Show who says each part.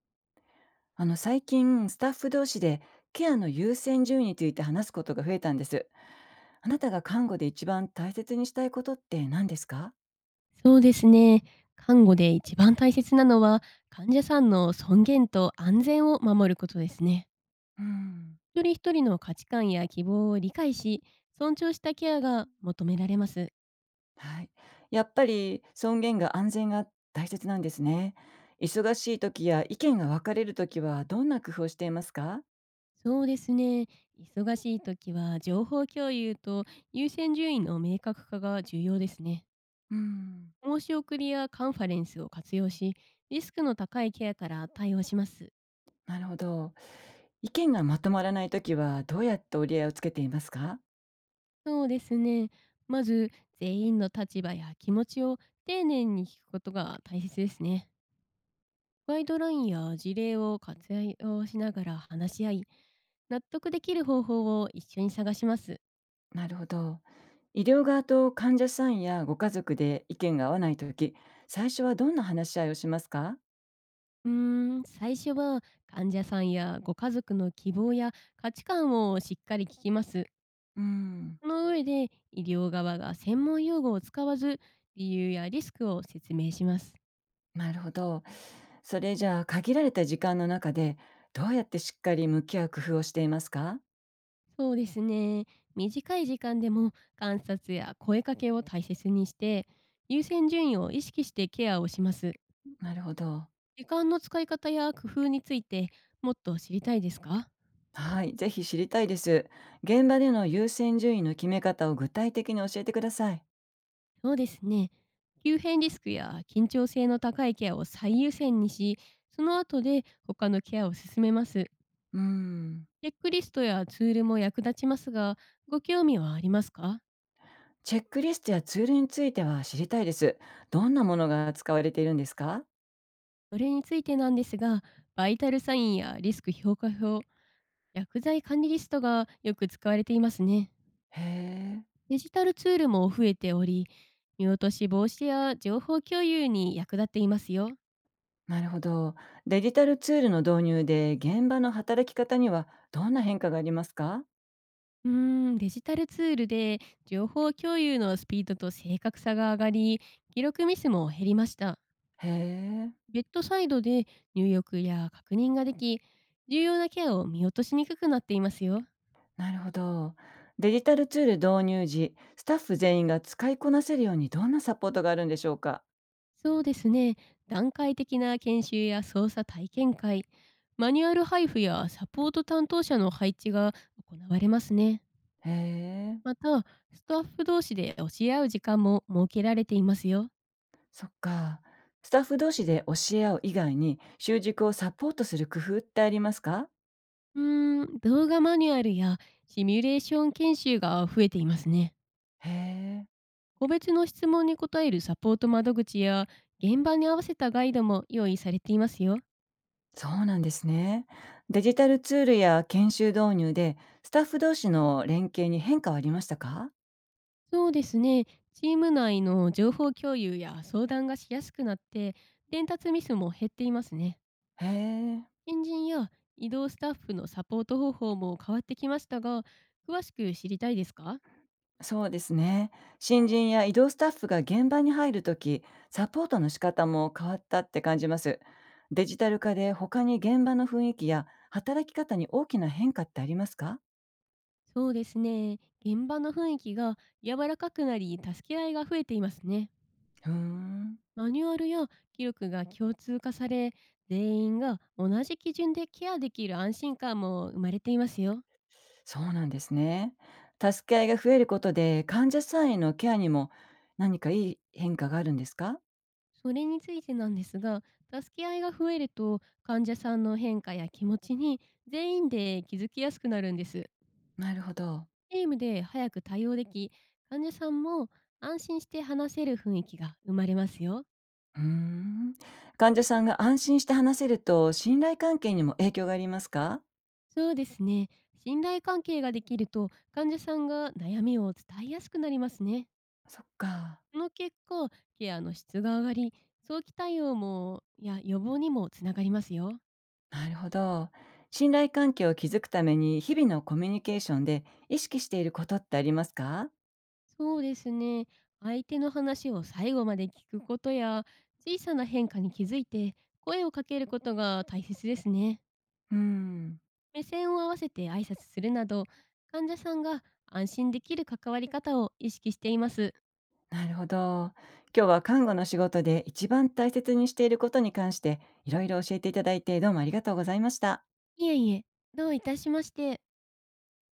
Speaker 1: 最近スタッフ同士でケアの優先順位について話すことが増えたんです。あなたが看護で一番大切にしたいことって何ですか？
Speaker 2: そうですね。看護で一番大切なのは、患者さんの尊厳と安全を守ることですね。
Speaker 1: うん。
Speaker 2: 一人一人の価値観や希望を理解し、尊重したケアが求められます。
Speaker 1: はい。やっぱり尊厳が安全が大切なんですね。忙しい時や意見が分かれる時はどんな工夫をしていますか？
Speaker 2: そうですね。忙しい時は情報共有と優先順位の明確化が重要ですね。
Speaker 1: うん。
Speaker 2: 申し送りやカンファレンスを活用し、リスクの高いケアから対応します。
Speaker 1: なるほど。意見がまとまらない時はどうやって折り合いをつけていますか？
Speaker 2: そうですね。まず、全員の立場や気持ちを丁寧に聞くことが大切ですね。ガイドラインや事例を活用しながら話し合い、納得できる方法を一緒に探します。
Speaker 1: なるほど。医療側と患者さんやご家族で意見が合わないとき、最初はどんな話し合いをしますか？
Speaker 2: うー最初は患者さんやご家族の希望や価値観をしっかり聞きます。
Speaker 1: うん、
Speaker 2: その上で医療側が専門用語を使わず理由やリスクを説明します。
Speaker 1: なるほど。それじゃあ、限られた時間の中で、どうやってしっかり向き合う工夫をしていますか？
Speaker 2: そうですね。短い時間でも観察や声かけを大切にして、優先順位を意識してケアをします。
Speaker 1: なるほど。
Speaker 2: 時間の使い方や工夫についてもっと知りたいですか？
Speaker 1: はい、ぜひ知りたいです。現場での優先順位の決め方を具体的に教えてください。
Speaker 2: そうですね。急変リスクや緊張性の高いケアを最優先にし、その後で他のケアを進めます。
Speaker 1: うん、
Speaker 2: チェックリストやツールも役立ちますが、ご興味はありますか？
Speaker 1: チェックリストやツールについては知りたいです。どんなものが使われているんですか？
Speaker 2: それについてなんですが、バイタルサインやリスク評価表、薬剤管理リストがよく使われていますね。
Speaker 1: へえ。
Speaker 2: デジタルツールも増えており、見落とし防止や情報共有に役立っていますよ。
Speaker 1: なるほど。デジタルツールの導入で現場の働き方にはどんな変化がありますか？
Speaker 2: うーデジタルツールで情報共有のスピードと正確さが上がり、記録ミスも減りました。
Speaker 1: へえ、
Speaker 2: ベッドサイドで入力や確認ができ、重要なケアを見落としにくくなっていますよ。
Speaker 1: なるほど。デジタルツール導入時、スタッフ全員が使いこなせるようにどんなサポートがあるんでしょうか？
Speaker 2: そうですね。段階的な研修や操作体験会、マニュアル配布やサポート担当者の配置が行われますね。
Speaker 1: へえ、
Speaker 2: また、スタッフ同士で教え合う時間も設けられていますよ。
Speaker 1: そっか。スタッフ同士で教え合う以外に、習熟をサポートする工夫ってありますか？
Speaker 2: 動画マニュアルやシミュレーション研修が増えていますね。
Speaker 1: へえ、
Speaker 2: 個別の質問に答えるサポート窓口や現場に合わせたガイドも用意されていますよ。
Speaker 1: そうなんですね。デジタルツールや研修導入で、スタッフ同士の連携に変化はありましたか？
Speaker 2: そうですね。チーム内の情報共有や相談がしやすくなって、伝達ミスも減っていますね。
Speaker 1: へえ。
Speaker 2: 新人や移動スタッフのサポート方法も変わってきましたが、詳しく知りたいですか？
Speaker 1: そうですね。新人や移動スタッフが現場に入るとき、サポートの仕方も変わったって感じます。デジタル化で他に現場の雰囲気や働き方に大きな変化ってありますか？
Speaker 2: そうですね。現場の雰囲気が柔らかくなり、助け合いが増えていますね。
Speaker 1: うーん、
Speaker 2: マニュアルや記録が共通化され、全員が同じ基準でケアできる安心感も生まれていますよ。
Speaker 1: そうなんですね。助け合いが増えることで患者さんへのケアにも何かいい変化があるんですか？
Speaker 2: それについてなんですが、助け合いが増えると患者さんの変化や気持ちに全員で気づきやすくなるんです。
Speaker 1: なるほど。
Speaker 2: チームで早く対応でき、患者さんも安心して話せる雰囲気が生まれますよ。
Speaker 1: うーん。患者さんが安心して話せると信頼関係にも影響がありますか？
Speaker 2: そうですね。信頼関係ができると患者さんが悩みを伝えやすくなりますね。
Speaker 1: そっか。
Speaker 2: その結果、ケアの質が上がり、早期対応もや予防にもつながりますよ。
Speaker 1: なるほど。信頼関係を築くために日々のコミュニケーションで意識していることってありますか？
Speaker 2: そうですね。相手の話を最後まで聞くことや、小さな変化に気づいて声をかけることが大切ですね。
Speaker 1: うん。
Speaker 2: 目線を合わせて挨拶するなど、患者さんが安心できる関わり方を意識しています。
Speaker 1: なるほど。今日は看護の仕事で一番大切にしていることに関していろいろ教えていただいてどうもありがとうございました。
Speaker 2: いえいえ、どういたしまして。